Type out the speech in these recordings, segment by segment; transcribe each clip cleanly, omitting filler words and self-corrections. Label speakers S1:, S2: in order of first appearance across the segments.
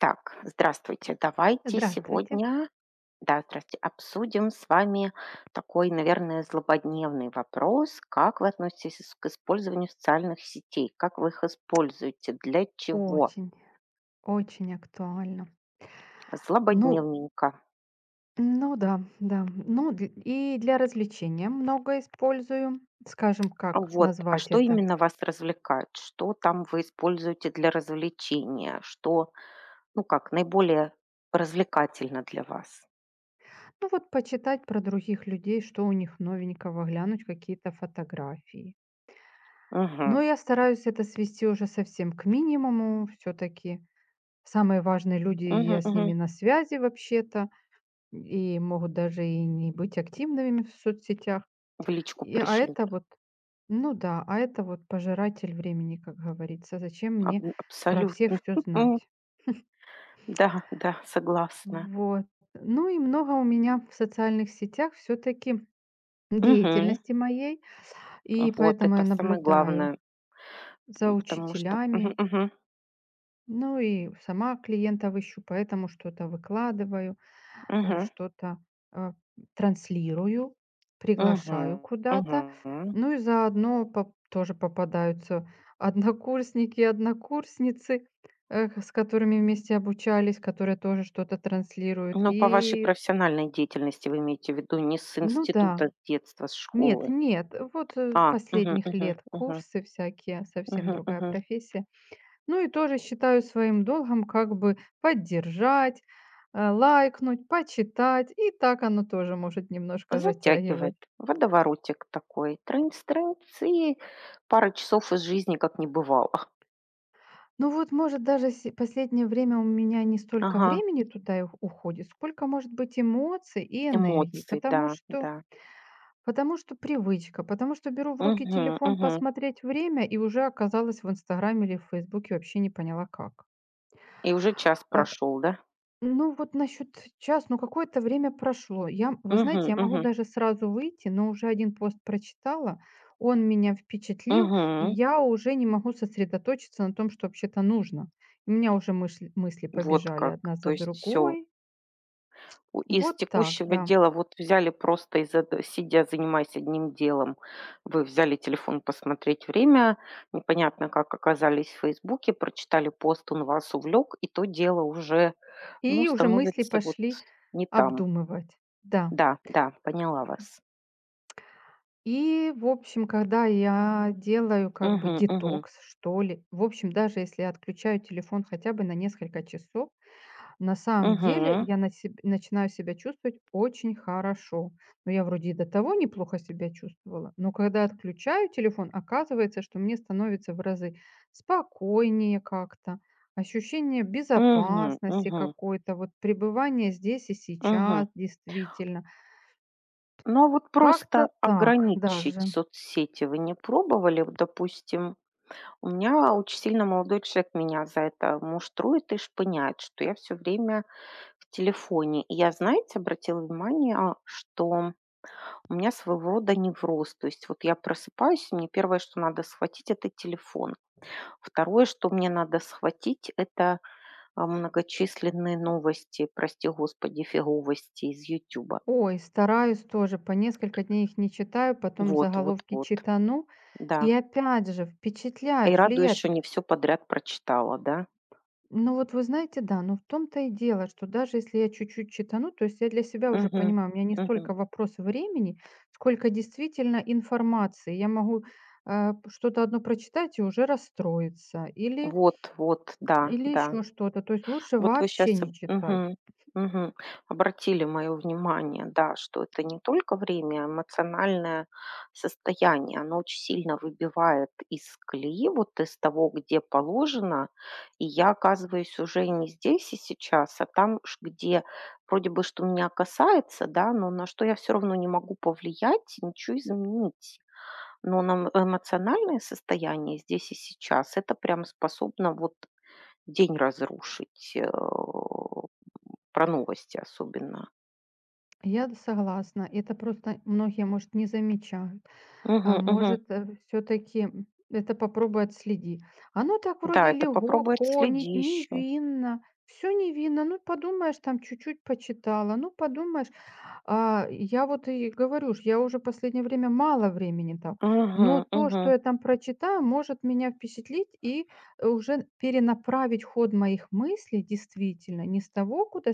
S1: Так, здравствуйте. Давайте
S2: Здравствуйте.
S1: сегодня, да, здравствуйте, обсудим с вами такой, наверное, злободневный вопрос. Как вы относитесь к использованию социальных сетей? Как вы их используете? Для чего?
S2: Очень, очень актуально. Ну,
S1: Злободневненько.
S2: ну да, да. Ну, и для развлечения много использую. Скажем, как
S1: Вот, а
S2: назвать
S1: что
S2: это?
S1: именно вас развлекает? Что там вы используете для развлечения? Что, ну как, наиболее развлекательно для вас?
S2: Ну вот почитать про других людей, что у них новенького, глянуть какие-то фотографии.
S1: Угу,
S2: Но я стараюсь это свести уже совсем к минимуму. Все-таки самые важные люди,
S1: угу,
S2: я с
S1: угу.
S2: ними на связи вообще-то, и могут даже и не быть активными в соцсетях.
S1: В личку
S2: И, а
S1: пришлют.
S2: это вот, ну да, а это вот пожиратель времени, как говорится. Зачем мне про всех
S1: Абсолютно.
S2: все знать?
S1: Да, да, согласна.
S2: Вот. Ну и много у меня в социальных сетях все таки
S1: Мгм.
S2: деятельности моей, и
S1: Вот
S2: поэтому
S1: это
S2: я
S1: самое
S2: наблюдаю
S1: главное,
S2: за
S1: м, потому что мгм,
S2: учителями.
S1: мгм,
S2: Ну и сама клиентов ищу, поэтому что-то выкладываю. э,
S1: мгм,
S2: что-то, э, транслирую,
S1: мгм,
S2: приглашаю куда-то.
S1: мгм.
S2: Ну и заодно поп тоже попадаются однокурсники и однокурсницы, с которыми вместе обучались, которые тоже что-то транслируют.
S1: Ну, по вашей
S2: И,
S1: профессиональной деятельности вы имеете в виду не с
S2: ну да,
S1: института, с детства, с
S2: нет,
S1: школы.
S2: нет, вот,
S1: А, мгм,
S2: последних
S1: мгм,
S2: лет
S1: мгм,
S2: курсы всякие, совсем
S1: мгм,
S2: другая
S1: мгм.
S2: профессия. Ну и тоже считаю своим долгом как бы поддержать, лайкнуть, почитать. И так оно тоже может немножко
S1: Затягивает.
S2: затягивать.
S1: Водоворотик такой. Трынц-трынц, и пара часов из жизни как не бывало.
S2: Ну вот, может, даже се последнее время у меня не столько
S1: Ага,
S2: времени туда и уходит, сколько, может быть, эмоций и энергии.
S1: эмоций,
S2: Потому
S1: да,
S2: что
S1: да.
S2: потому что привычка, потому что беру в руки
S1: Мгм,
S2: телефон
S1: мгм.
S2: посмотреть время и уже оказалась в "Инстаграме" или в "Фейсбуке", вообще не поняла как.
S1: И уже час
S2: Э
S1: прошел, да?
S2: Ну, вот насчет час, ну, какое-то время прошло. Я, вы знаете,
S1: Угу,
S2: я могу
S1: мгм.
S2: даже сразу выйти, но уже один пост прочитала, он меня впечатлил, и
S1: Мгм.
S2: я уже не могу сосредоточиться на том, что вообще-то нужно. У меня уже мысли, мысли
S1: Вот
S2: побежали
S1: как.
S2: одна
S1: То
S2: за
S1: есть все.
S2: другой.
S1: Из
S2: Вот так,
S1: текущего
S2: да.
S1: дела вот взяли, просто из эт сидя, занимаясь одним делом, вы взяли телефон посмотреть время, непонятно как оказались в "Фейсбуке", прочитали пост, он вас увлек, и то дело уже, ну,
S2: И уже мысли
S1: становится вот
S2: пошли
S1: не там.
S2: обдумывать. Да.
S1: Да, да, поняла вас.
S2: И, в общем, когда я делаю как бы
S1: Угу, угу,
S2: детокс, что ли, в общем, даже если я отключаю телефон хотя бы на несколько часов. На самом деле
S1: угу,
S2: я на себ начинаю себя чувствовать очень хорошо. Но я вроде и до того неплохо себя чувствовала, но когда отключаю телефон, оказывается, что мне становится в разы спокойнее как-то, ощущение
S1: угу,
S2: безопасности
S1: угу.
S2: какой-то, вот пребывание здесь и
S1: Мгм.
S2: сейчас действительно.
S1: Ну, а вот просто
S2: Как-то так
S1: ограничить
S2: даже.
S1: соцсети вы не пробовали? Вот, допустим. У меня очень сильно молодой человек меня за это муштрует и шпыняет, что я все время в телефоне. И я, знаете, обратила внимание, что у меня своего рода невроз. То есть вот я просыпаюсь, и мне первое, что надо схватить, это телефон. Второе, что мне надо схватить, это многочисленные новости, прости господи, фиговости из Ютуба.
S2: Ой, стараюсь тоже, по несколько дней их не читаю, потом
S1: Вот, вот,
S2: заголовки
S1: вот,
S2: читану. И
S1: да.
S2: опять же
S1: И
S2: впечатляют,
S1: раду
S2: влияют.
S1: еще не все подряд прочитала, да?
S2: Ну вот вы знаете, да, но в том-то и дело, что даже если я чуть-чуть читану, то есть я для себя уже
S1: Мгм.
S2: понимаю, у меня не
S1: Мгм.
S2: столько вопрос времени, сколько действительно информации. Я могу что-то одно прочитать и уже расстроиться, или,
S1: Вот, вот, да,
S2: или
S1: да.
S2: еще что-то. То есть лучше
S1: Вот вы сейчас
S2: вообще не читать.
S1: обратили мое внимание, да, что это не только время, а эмоциональное состояние, оно очень сильно выбивает из колеи, вот из того, где положено. И я оказываюсь уже не здесь и сейчас, а там, ш где вроде бы что меня касается, да, но на что я все равно не могу повлиять, ничего изменить. Но на эмоциональное состояние здесь и сейчас это прям способно вот день разрушить, про новости особенно.
S2: Я согласна, это просто многие, может, не замечают.
S1: Мгм,
S2: А
S1: мгм.
S2: может, все таки это попробуй отследи. Оно так
S1: Да,
S2: вроде
S1: это попробуй
S2: легко,
S1: отследи
S2: не
S1: еще.
S2: невинно, все невинно. Ну, подумаешь, там чуть-чуть почитала, ну, подумаешь. А, я вот и говорю ж, я уже последнее время мало времени там, но
S1: Мгм,
S2: то, что
S1: мгм.
S2: я там прочитаю, может меня впечатлить и, уже перенаправить ход моих мыслей действительно не с того, куда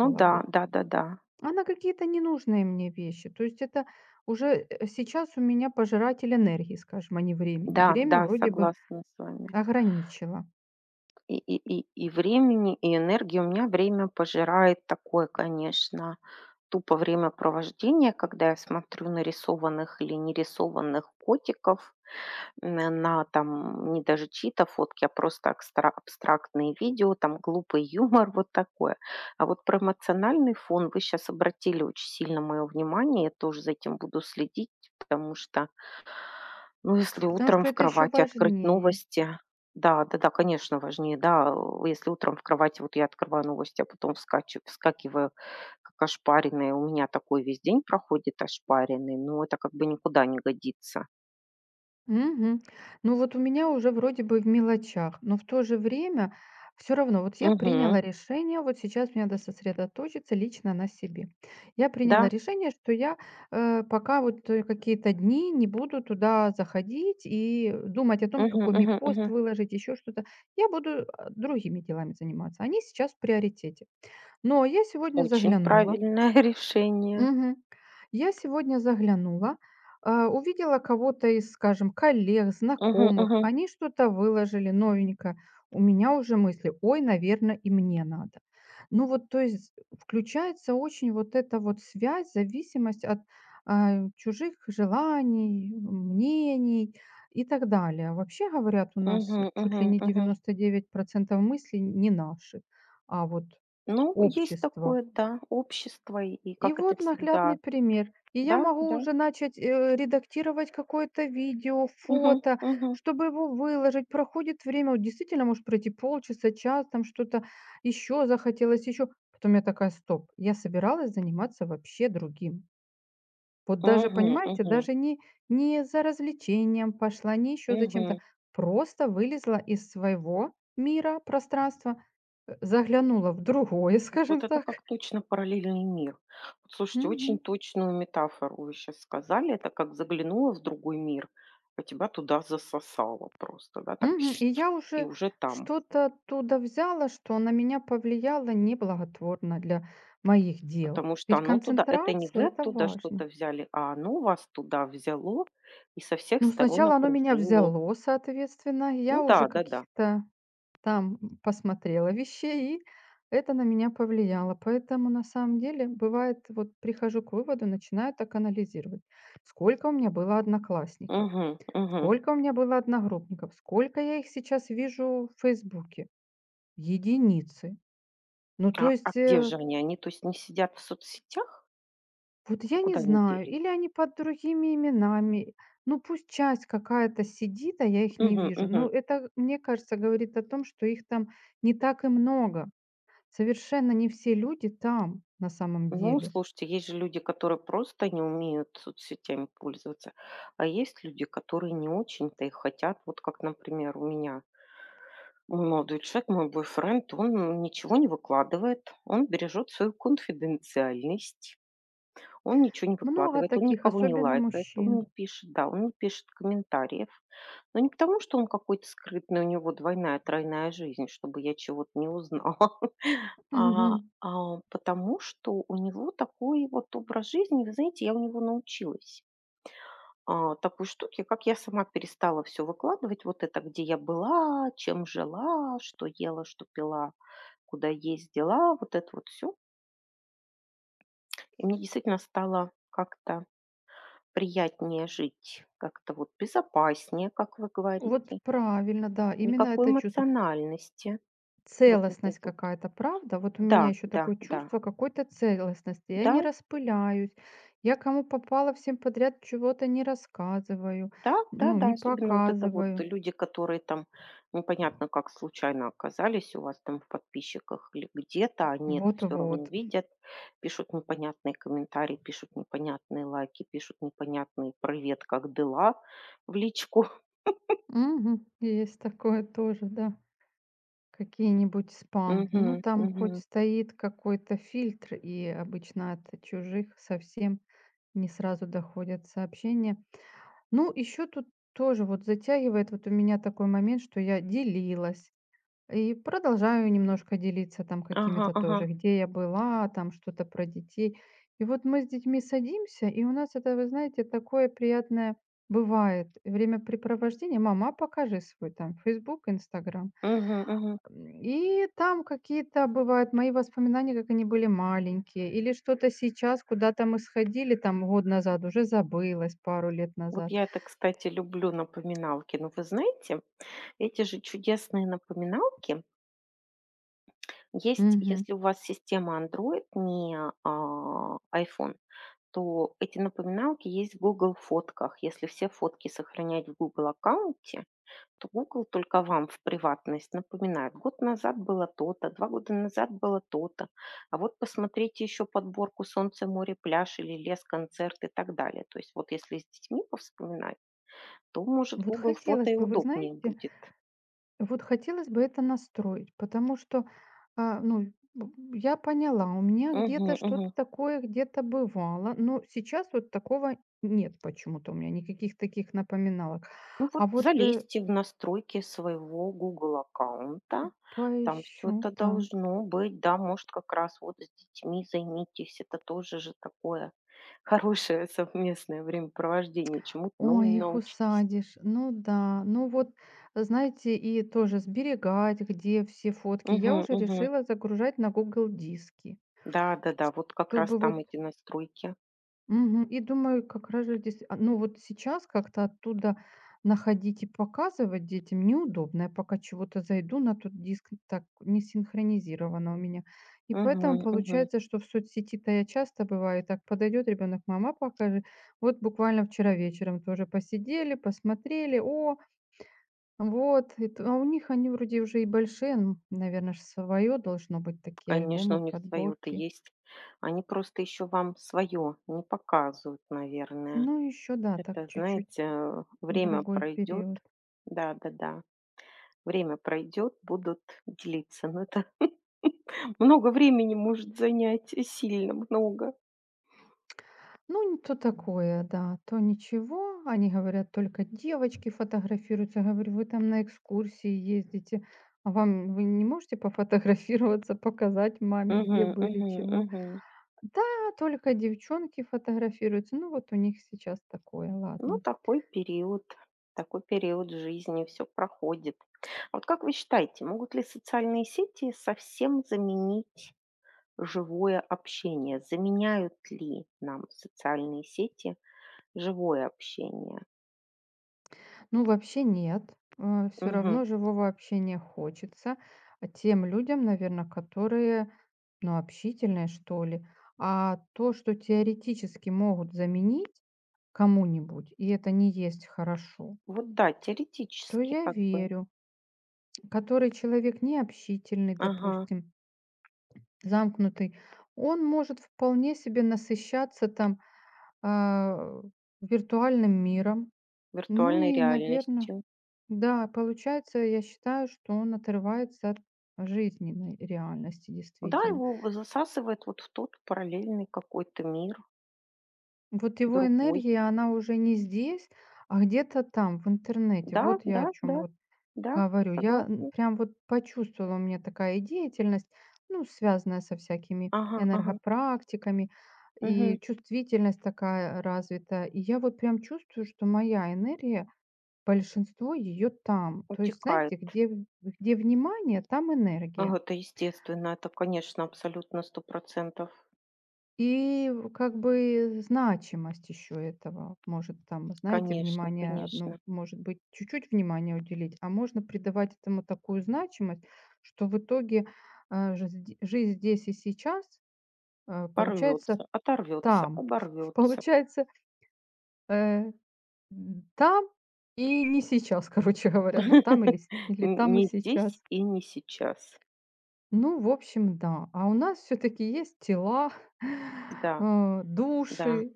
S1: Ну да,
S2: бы,
S1: да-да-да.
S2: а на какие-то ненужные мне вещи. То есть это уже сейчас у меня пожиратель энергии, скажем, а не
S1: Да,
S2: времени.
S1: да, да,
S2: Время
S1: да,
S2: вроде бы
S1: согласна с вами.
S2: ограничило,
S1: И времени, и энергии. У меня время пожирает такое, конечно, тупо времяпровождение, когда я смотрю нарисованных или нерисованных котиков. На там не даже чьи-то фотки, а просто акстра абстрактные видео, там глупый юмор, вот такое. А вот про эмоциональный фон вы сейчас обратили очень сильно моё внимание. Я тоже за этим буду следить, потому что, ну, если
S2: потому
S1: утром
S2: что
S1: в
S2: это еще
S1: кровати открыть
S2: важнее.
S1: новости. Да, да-да, конечно, важнее, да. Если утром в кровати вот я открываю новости, а потом вскачу вскакиваю как ошпаренная, у меня такой весь день проходит ошпаренный, но это как бы никуда не годится.
S2: Мгм. Ну вот у меня уже вроде бы в мелочах, но в то же время все равно, вот я
S1: Угу,
S2: приняла решение, вот сейчас мне надо сосредоточиться лично на себе. Я
S1: да.
S2: приняла решение, что я пока вот какие-то дни не буду туда заходить и думать о том,
S1: Мгм,
S2: какой мне
S1: мгм,
S2: пост
S1: мгм.
S2: выложить, еще что-то. Я буду другими делами заниматься. Они сейчас в приоритете. Но я сегодня
S1: Очень
S2: заглянула.
S1: правильное решение.
S2: Мгм. Я сегодня заглянула, увидела кого-то из, скажем, коллег,
S1: Мгм,
S2: знакомых.
S1: мгм,
S2: Они что-то выложили новенькое. У меня уже мысли, ой, наверное, и мне надо. Ну вот, то есть включается очень вот эта вот связь, зависимость от чужих желаний, мнений и так далее. Вообще говорят, у нас
S1: мгм,
S2: чуть
S1: мгм,
S2: ли не
S1: мгм.
S2: 99% мыслей не наши, а вот
S1: Ну, есть
S2: общество
S1: такое, да, общество и
S2: и
S1: как это
S2: вот
S1: всегда.
S2: наглядный пример. И я
S1: Да,
S2: могу
S1: да.
S2: уже начать, редактировать какое-то видео,
S1: Мгм,
S2: фото,
S1: мгм.
S2: чтобы его выложить. Проходит время, вот действительно может пройти полчаса, час, там что-то еще захотелось, еще. Потом я такая, стоп, я собиралась заниматься вообще другим. Вот даже,
S1: Мгм,
S2: понимаете,
S1: мгм,
S2: даже не за развлечением пошла, не еще за
S1: мгм.
S2: чем-то. Просто вылезла из своего мира, пространства, заглянула в другое, скажем
S1: Вот это
S2: так.
S1: как точно параллельный мир. Вот слушайте, очень
S2: Мгм.
S1: точную метафору вы сейчас сказали. Это как заглянула в другой мир, а тебя туда засосало просто, да, так
S2: Мгм. И я
S1: и
S2: уже
S1: уже там.
S2: что-то оттуда взяла, что на меня повлияло неблаготворно для моих дел.
S1: Потому что
S2: Ведь
S1: оно туда, это не вы
S2: концентрация- это
S1: оттуда что-то
S2: важно.
S1: взяли, а оно вас туда взяло и со всех
S2: Ну,
S1: сторон
S2: сначала оно меня
S1: окружило.
S2: взяло, соответственно,
S1: Ну
S2: я
S1: да,
S2: уже
S1: да-да.
S2: каких-то там посмотрела вещей, и это на меня повлияло. Поэтому, на самом деле, бывает, вот прихожу к выводу, начинаю так анализировать. Сколько у меня было одноклассников?
S1: Мгм, мгм.
S2: Сколько у меня было одногруппников? Сколько я их сейчас вижу в "Фейсбуке"? Единицы. Ну, то
S1: А
S2: есть,
S1: где же они? Они, то есть, не сидят в соцсетях?
S2: вот
S1: А
S2: я не
S1: куда они
S2: знаю,
S1: делись?
S2: или они под другими именами. Ну, пусть часть какая-то сидит, а я их не
S1: Мгм,
S2: вижу.
S1: мгм.
S2: Ну, это, мне кажется, говорит о том, что их там не так и много. Совершенно не все люди там на самом
S1: Ну,
S2: деле.
S1: слушайте, есть же люди, которые просто не умеют соцсетями пользоваться, а есть люди, которые не очень-то и хотят. Вот как, например, у меня мой молодой человек, мой бойфренд, он ничего не выкладывает, он бережет свою конфиденциальность. Он ничего не
S2: Много
S1: выкладывает, он
S2: таких,
S1: никого не
S2: особенно
S1: лайкает, он
S2: мужчин.
S1: не пишет, да, он не пишет комментариев. Но не потому, что он какой-то скрытный, у него двойная, тройная жизнь, чтобы я чего-то не узнала, а,
S2: Мгм.
S1: потому что у него такой вот образ жизни. Вы знаете, я у него научилась такой штуки, как я сама перестала все выкладывать, вот это, где я была, чем жила, что ела, что пила, куда ездила, вот это вот все. И мне действительно стало как-то приятнее жить, как-то вот безопаснее, как вы
S2: Вот
S1: говорите.
S2: правильно, да, именно
S1: Никакой
S2: это чувство.
S1: эмоциональности. Вот этой
S2: Целостность
S1: вот.
S2: какая-то, правда? Вот у
S1: Да,
S2: меня еще
S1: да,
S2: такое
S1: да.
S2: чувство какой-то целостности. Я
S1: Да,
S2: не распыляюсь, я кому попало всем подряд чего-то не рассказываю,
S1: да, да,
S2: ну,
S1: да.
S2: не
S1: Особенно вот это вот
S2: показываю.
S1: люди, которые там непонятно как случайно оказались у вас там в подписчиках или где-то, они это все равно
S2: Вот-вот.
S1: видят, пишут непонятные комментарии, пишут непонятные лайки, пишут непонятные «Привет, как дела?» в личку.
S2: Мгм. Есть такое тоже, да. Какие-нибудь спам.
S1: Мгм,
S2: Ну, там хоть
S1: мгм.
S2: стоит какой-то фильтр, и обычно от чужих совсем не сразу доходят сообщения. Ну, еще тут тоже вот затягивает вот у меня такой момент, что я делилась. И продолжаю немножко делиться там
S1: Ага,
S2: какими-то
S1: ага.
S2: тоже, где я была, там что-то про детей. И вот мы с детьми садимся, и у нас это, вы знаете, такое приятное бывает времяпрепровождение. Мама, покажи свой там Facebook, Instagram.
S1: Мгм, мгм.
S2: И там какие-то бывают мои воспоминания, как они были маленькие, или что-то сейчас, куда-то мы сходили там год назад, уже забылось пару лет
S1: Вот
S2: назад.
S1: я это, кстати, люблю напоминалки. Но вы знаете, эти же чудесные напоминалки есть,
S2: Мгм.
S1: если у вас система Android, не iPhone, то эти напоминалки есть в Google фотках. Если все фотки сохранять в Google аккаунте, то Google только вам в приватность напоминает. Год назад было то-то, 2 года назад было то-то. А вот посмотрите еще подборку «Солнце, море, пляж» или «Лес, концерт» и так далее. То есть вот если с детьми повспоминать, то, может,
S2: Вот
S1: Google фото
S2: хотелось
S1: и
S2: бы, вы
S1: удобнее
S2: знаете,
S1: будет.
S2: Вот хотелось бы это настроить, потому что, ну, я поняла, у меня
S1: Мгм,
S2: где-то
S1: мгм.
S2: что-то такое где-то бывало, но сейчас вот такого нет почему-то у меня, никаких таких напоминалок.
S1: Ну вот
S2: А вот
S1: залезьте в настройки своего Google аккаунта, там все
S2: поищу
S1: это
S2: так.
S1: должно быть, да, может как раз вот с детьми займитесь, это тоже же такое хорошее совместное времяпровождение, чему-то
S2: Ой,
S1: новому
S2: их
S1: научитесь.
S2: усадишь. Ну да, ну вот, знаете, и тоже сберегать, где все фотки.
S1: Мгм,
S2: Я уже
S1: мгм.
S2: решила загружать на Google диски,
S1: Да, да, да, вот как раз
S2: чтобы вот.
S1: там эти настройки.
S2: Мгм. И думаю, как раз же здесь, ну вот сейчас как-то оттуда находить и показывать детям неудобно. Я пока чего-то зайду на тот диск, так не синхронизировано у меня. И
S1: Мгм,
S2: поэтому
S1: мгм.
S2: получается, что в соцсети-то я часто бываю, так подойдет ребенок, мама покажи. Вот буквально вчера вечером тоже посидели, посмотрели, о, вот, и а у них они вроде уже и большие, наверное, свое должно быть такие
S1: Конечно, у
S2: альбомы,
S1: них свое-то
S2: подборки.
S1: есть. Они просто еще вам свое не показывают, наверное.
S2: Ну еще, да, так
S1: Это,
S2: чуть-чуть
S1: знаете, время
S2: другой
S1: пройдет.
S2: период.
S1: Да-да-да. Время пройдет, будут делиться. Но это много времени может занять, и сильно много.
S2: Ну, не то такое, да, то ничего. Они говорят, только девочки фотографируются. Я говорю, вы там на экскурсии ездите, а вам вы не можете пофотографироваться, показать маме, где
S1: Мгм,
S2: были,
S1: мгм,
S2: чего?
S1: мгм.
S2: Да, только девчонки фотографируются. Ну, вот у них сейчас такое,
S1: Ну,
S2: ладно.
S1: такой период жизни, все проходит. А вот как вы считаете, могут ли социальные сети совсем заменить живое общение? Заменяют ли нам социальные сети живое общение?
S2: Ну, вообще нет. Все
S1: Мгм.
S2: равно живого общения хочется, а тем людям, наверное, которые, ну, общительные, что ли. А то, что теоретически могут заменить кому-нибудь, и это не есть хорошо,
S1: Вот да,
S2: то
S1: теоретически
S2: я
S1: как бы.
S2: верю. Который человек не общительный,
S1: Ага,
S2: допустим, замкнутый, он может вполне себе насыщаться там, а, виртуальным миром. Ну
S1: виртуальной
S2: и, наверное.
S1: реальности.
S2: Да, получается, я считаю, что он отрывается от жизненной реальности,
S1: Да,
S2: действительно.
S1: его засасывает вот в тот параллельный какой-то мир,
S2: Вот его
S1: другой.
S2: энергия, она уже не здесь, а где-то там, в интернете.
S1: Да,
S2: Вот я
S1: да,
S2: о
S1: да,
S2: чем вот
S1: да,
S2: говорю. Я
S1: согласна.
S2: прям вот почувствовала, у меня такая деятельность, ну, связанная со всякими
S1: Ага, ага,
S2: энергопрактиками,
S1: мгм,
S2: и чувствительность такая развита. И я вот прям чувствую, что моя энергия, большинство ее там. То есть,
S1: утекает.
S2: знаете, где, где внимание, там
S1: Ага,
S2: энергия.
S1: это естественно, это, конечно, абсолютно 100%.
S2: И в как бы значимость еще этого. Может, там, знаете,
S1: Конечно,
S2: внимание одно,
S1: конечно.
S2: может быть, чуть-чуть внимания уделить, а можно придавать этому такую значимость, что в итоге, жиздь жизнь здесь и сейчас, получается
S1: Порвется, оторвется,
S2: там.
S1: оборвется.
S2: Получается, э, там и не сейчас, короче говоря. Ну, там или с или там и
S1: Не здесь
S2: сейчас.
S1: и не сейчас.
S2: Ну, в общем, да. А у нас все таки есть тела,
S1: Да, да,
S2: души.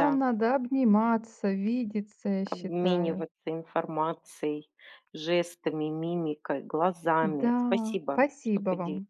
S1: да.
S2: надо обниматься, видеться, я считаю.
S1: Обмениваться информацией, жестами, мимикой, глазами.
S2: Да,
S1: Спасибо, что
S2: спасибо
S1: поделились.
S2: вам.